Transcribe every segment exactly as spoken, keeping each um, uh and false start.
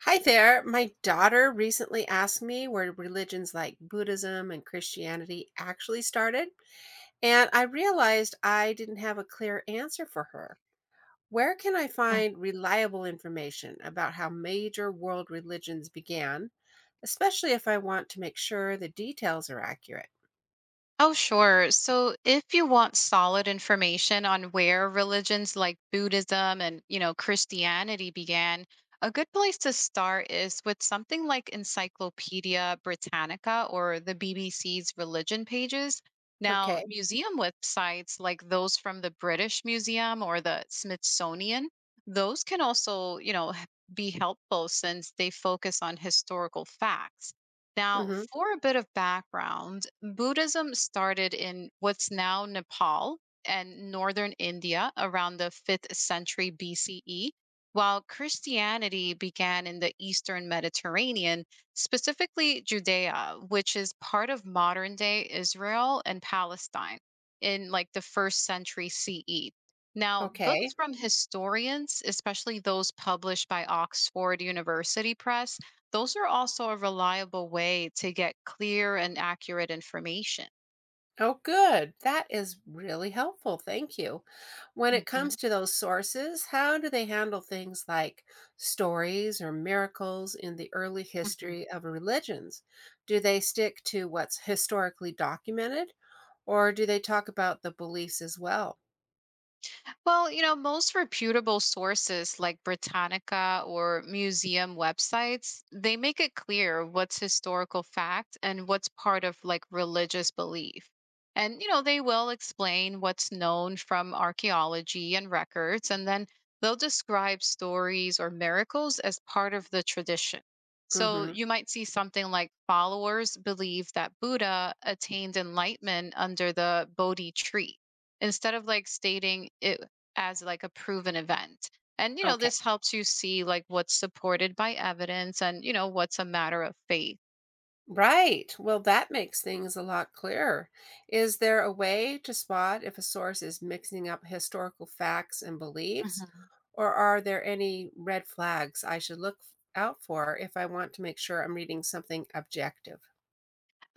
Hi there. My daughter recently asked me where religions like Buddhism and Christianity actually started, and I realized I didn't have a clear answer for her. Where can I Mm. find reliable information about how major world religions began, especially if I want to make sure the details are accurate? Oh, sure. So if you want solid information on where religions like Buddhism and, you know, Christianity began, a good place to start is with something like Encyclopedia Britannica or the B B C's religion pages. Now, Okay. museum websites like those from the British Museum or the Smithsonian, those can also, you know, h- be helpful since they focus on historical facts. Now, Hmm. for a bit of background, Buddhism started in what's now Nepal and northern India around the fifth century B C E, while Christianity began in the eastern Mediterranean, specifically Judea, which is part of modern day Israel and Palestine in like the first century C E. Now, books Okay. from historians, especially those published by Oxford University Press, those are also a reliable way to get clear and accurate information. Oh, good. That is really helpful. Thank you. When it comes Mhm, to those sources, how do they handle things like stories or miracles in the early mhm. history of religions? Do they stick to what's historically documented or do they talk about the beliefs as well? Well, you know, most reputable sources like Britannica or museum websites, they make it clear what's historical fact and what's part of like religious belief. And, you know, they will explain what's known from archaeology and records, and then they'll describe stories or miracles as part of the tradition. So Mhm. you might see something like followers believe that Buddha attained enlightenment under the Bodhi tree instead of like stating it as like a proven event. And you know, this helps you see like what's supported by evidence and you know what's a matter of faith. Right. Well, that makes things a lot clearer. Is there a way to spot if a source is mixing up historical facts and beliefs, or are there any red flags I should look f- out for if I want to make sure I'm reading something objective?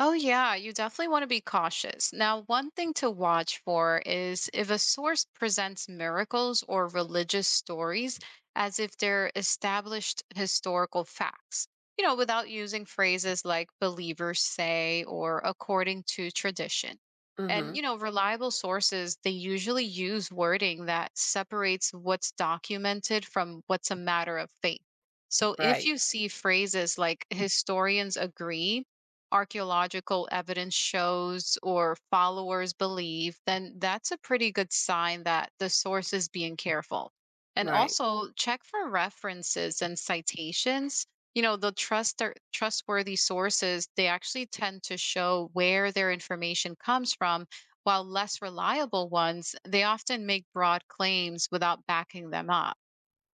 Oh, yeah, you definitely want to be cautious. Now, one thing to watch for is if a source presents miracles or religious stories as if they're established historical facts, you know, without using phrases like believers say or according to tradition. And, Mhm. you know, reliable sources, they usually use wording that separates what's documented from what's a matter of faith. So if Right. you see phrases like historians agree, archaeological evidence shows or followers believe, then that's a pretty good sign that the source is being careful. And Right. also check for references and citations. You know, the trust trustworthy sources, they actually tend to show where their information comes from, while less reliable ones, they often make broad claims without backing them up.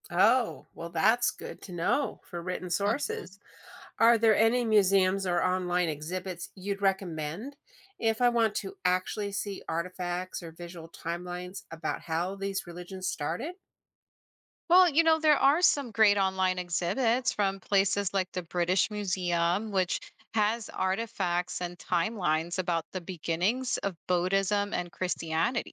Oh, well that's good to know for written sources. Are there any museums or online exhibits you'd recommend if I want to actually see artifacts or visual timelines about how these religions started? Well, you know, there are some great online exhibits from places like the British Museum, which has artifacts and timelines about the beginnings of Buddhism and Christianity.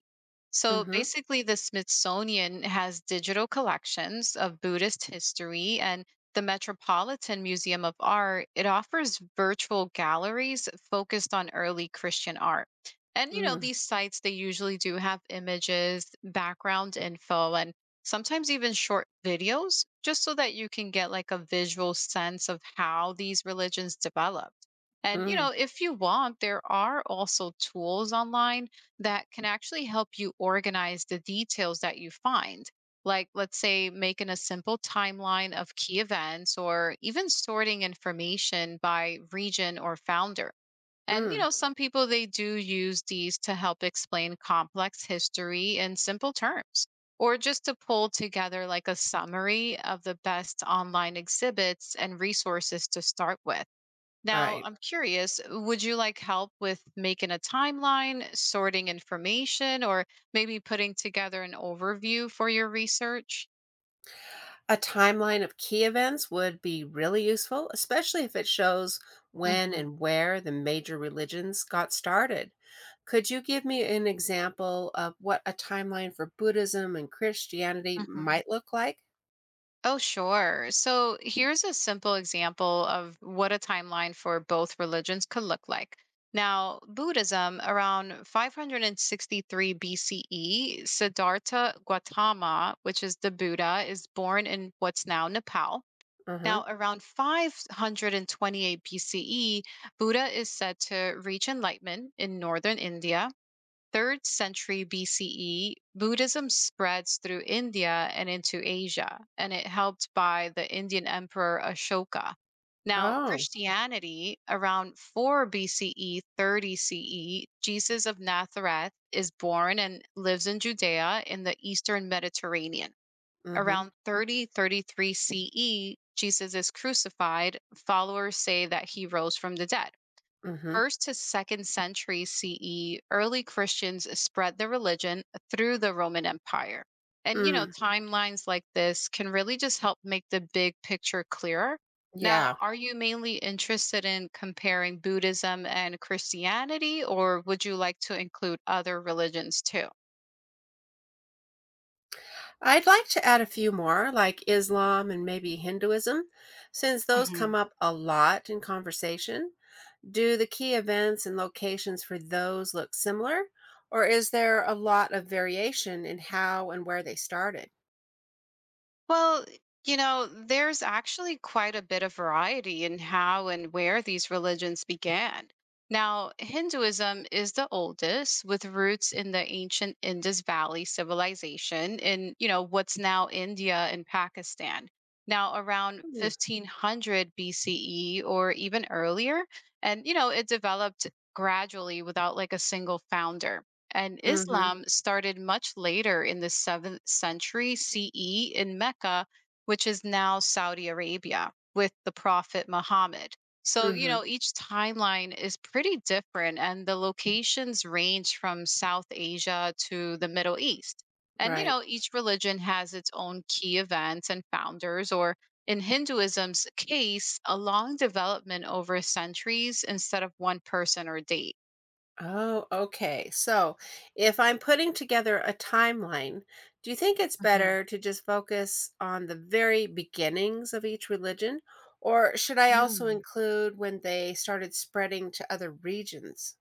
So Mm-hmm. basically, the Smithsonian has digital collections of Buddhist history, and the Metropolitan Museum of Art, it offers virtual galleries focused on early Christian art. And, you know, Mm, these sites, they usually do have images, background info, and sometimes even short videos, just so that you can get like a visual sense of how these religions developed. And, you know, mm, if you want, there are also tools online that can actually help you organize the details that you find. Like, let's say, making a simple timeline of key events or even sorting information by region or founder. And, you mm. know, some people they do use these to help explain complex history in simple terms, or just to pull together like a summary of the best online exhibits and resources to start with. Now, Right. I'm curious, would you like help with making a timeline, sorting information, or maybe putting together an overview for your research? A timeline of key events would be really useful, especially if it shows when Hmm, and where the major religions got started. Could you give me an example of what a timeline for Buddhism and Christianity hmm. might look like? Oh, sure. So here's a simple example of what a timeline for both religions could look like. Now, Buddhism, around five hundred sixty-three B C E, Siddhartha Gautama, which is the Buddha, is born in what's now Nepal. Uh-huh. Now, around five hundred twenty-eight B C E, Buddha is said to reach enlightenment in northern India. third century B C E, Buddhism spreads through India and into Asia, and it helped by the Indian Emperor Ashoka. Now, Oh. Christianity, around four B C E thirty C E, Jesus of Nazareth is born and lives in Judea in the eastern Mediterranean. Mm-hmm. Around thirty thirty-three C E, Jesus is crucified. Followers say that he rose from the dead Mm-hmm. first to second century C E, early Christians spread their religion through the Roman Empire. And, you know, Mm, timelines like this can really just help make the big picture clearer. Now, yeah. are you mainly interested in comparing Buddhism and Christianity, or would you like to include other religions too? I'd like to add a few more, like Islam and maybe Hinduism, since those come up a lot in conversation. Do the key events and locations for those look similar, or is there a lot of variation in how and where they started? Well, you know, there's actually quite a bit of variety in how and where these religions began. Now, Hinduism is the oldest, with roots in the ancient Indus Valley civilization in, you know, what's now India and Pakistan. Now, around Mm-hmm. fifteen hundred B C E or even earlier, and you know, it developed gradually without like a single founder and Islam started much later in the seventh century C E in Mecca, which is now Saudi Arabia, with the Prophet Muhammad. So, you Mm-hmm. know, each timeline is pretty different, and the locations range from South Asia to the Middle East. And, you Right. know, each religion has its own key events and founders, or in Hinduism's case, a long development over centuries instead of one person or date. Oh, okay. So if I'm putting together a timeline, do you think it's better to just focus on the very beginnings of each religion? Or should I also Mhm. include when they started spreading to other regions?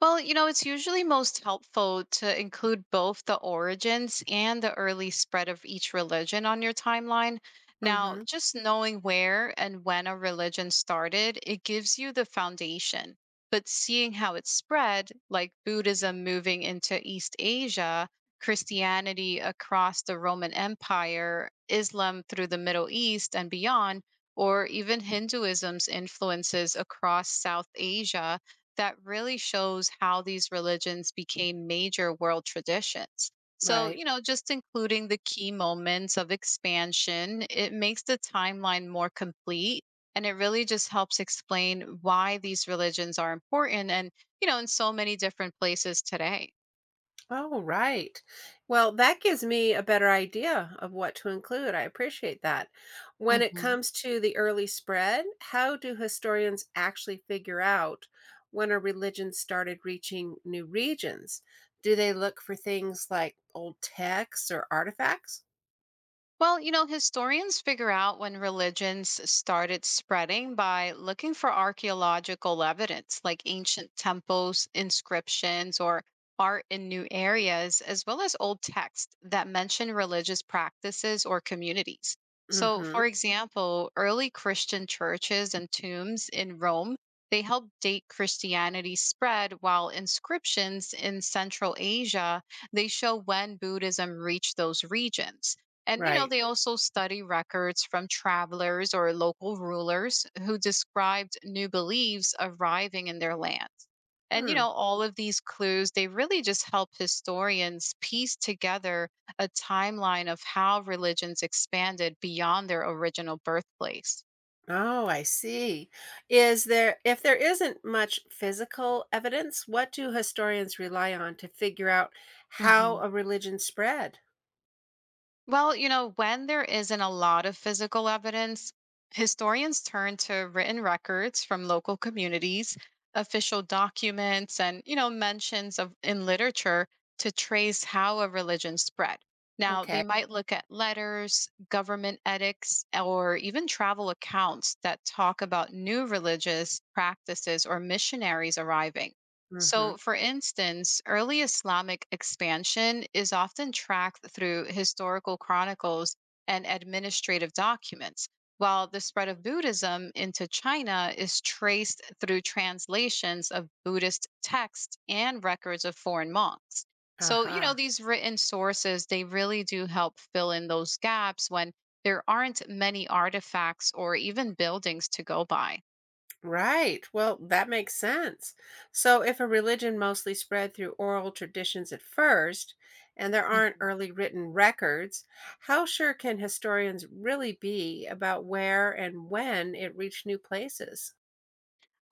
Well, you know, it's usually most helpful to include both the origins and the early spread of each religion on your timeline. Now, Mm-hmm. just knowing where and when a religion started, it gives you the foundation. But seeing how it spread, like Buddhism moving into East Asia, Christianity across the Roman Empire, Islam through the Middle East and beyond, or even Hinduism's influences across South Asia that really shows how these religions became major world traditions. So, Right. you know, just including the key moments of expansion, it makes the timeline more complete and it really just helps explain why these religions are important and, you know, in so many different places today. Oh, right. Well, that gives me a better idea of what to include. I appreciate that. When it Mhm. comes to the early spread, how do historians actually figure out when a religion started reaching new regions? Do they look for things like old texts or artifacts? Well, you know, historians figure out when religions started spreading by looking for archaeological evidence like ancient temples, inscriptions, or art in new areas, as well as old texts that mention religious practices or communities. So, Mm-hmm. for example, early Christian churches and tombs in Rome, they helped date Christianity's spread, while inscriptions in Central Asia, they show when Buddhism reached those regions. And, you know, Right. they also study records from travelers or local rulers who described new beliefs arriving in their land. And, you Hmm. know, all of these clues, they really just help historians piece together a timeline of how religions expanded beyond their original birthplace. Oh, I see. Is there, if there isn't much physical evidence, what do historians rely on to figure out how a religion spread? Well, you know, when there isn't a lot of physical evidence, historians turn to written records from local communities, official documents, and, you know, mentions of in literature to trace how a religion spread. Now, they Okay. might look at letters, government edicts, or even travel accounts that talk about new religious practices or missionaries arriving. Mm-hmm. So, for instance, early Islamic expansion is often tracked through historical chronicles and administrative documents, while the spread of Buddhism into China is traced through translations of Buddhist texts and records of foreign monks. So, you know, Aha. these written sources, they really do help fill in those gaps when there aren't many artifacts or even buildings to go by. Right. Well, that makes sense. So, if a religion mostly spread through oral traditions at first, and there aren't Mhm. early written records, how sure can historians really be about where and when it reached new places?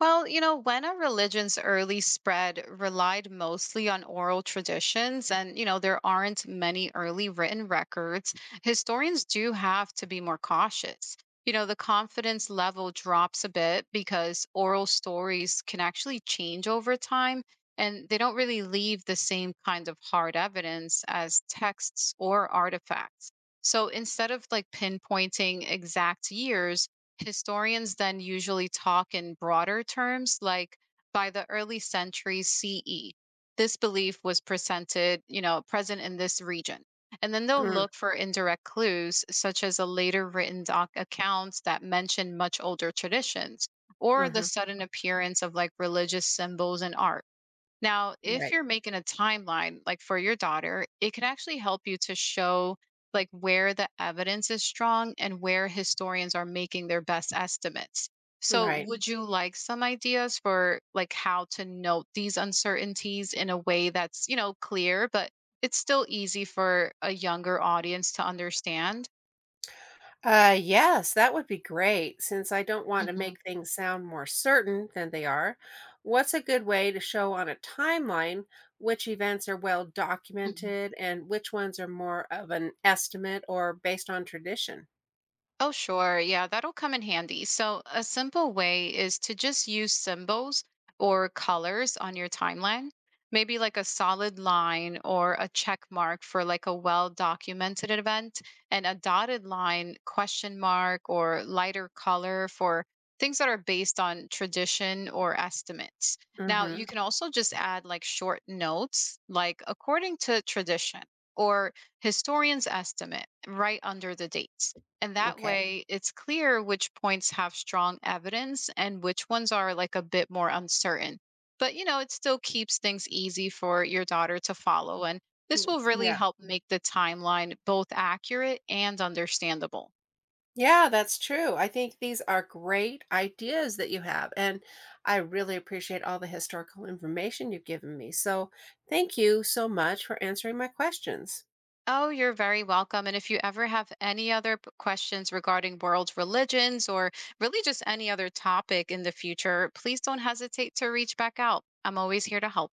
Well, you know, when a religion's early spread relied mostly on oral traditions, and, you know, there aren't many early written records, historians do have to be more cautious. You know, the confidence level drops a bit because oral stories can actually change over time and they don't really leave the same kind of hard evidence as texts or artifacts. So instead of like pinpointing exact years, historians then usually talk in broader terms like by the early centuries C E. This belief was presented, you know, present in this region. And then they'll Mm. look for indirect clues, such as a later written doc- accounts that mention much older traditions or the Mm-hmm. sudden appearance of like religious symbols and art. Now, if Right. you're making a timeline, like for your daughter, it can actually help you to show like where the evidence is strong and where historians are making their best estimates. So, Right. would you like some ideas for like how to note these uncertainties in a way that's, you know, clear, but it's still easy for a younger audience to understand? Uh, yes, that would be great since I don't want to make things sound more certain than they are. What's a good way to show on a timeline which events are well Hmm. documented and which ones are more of an estimate or based on tradition? Oh, sure. Yeah, that'll come in handy. So, a simple way is to just use symbols or colors on your timeline, maybe like a solid line or a check mark for like a well documented event, and a dotted line question mark or lighter color for things that are based on tradition or estimates. Now, you Mm-hmm. can also just add like short notes, like according to tradition or historian's estimate, right under the dates. And that Okay. way, it's clear which points have strong evidence and which ones are like a bit more uncertain. But, you know, it still keeps things easy for your daughter to follow. And this Mm. will really Yeah. help make the timeline both accurate and understandable. Yeah, that's true. I think these are great ideas that you have, and I really appreciate all the historical information you've given me. So, thank you so much for answering my questions. Oh, you're very welcome. And if you ever have any other p- questions regarding world religions or really just any other topic in the future, please don't hesitate to reach back out. I'm always here to help.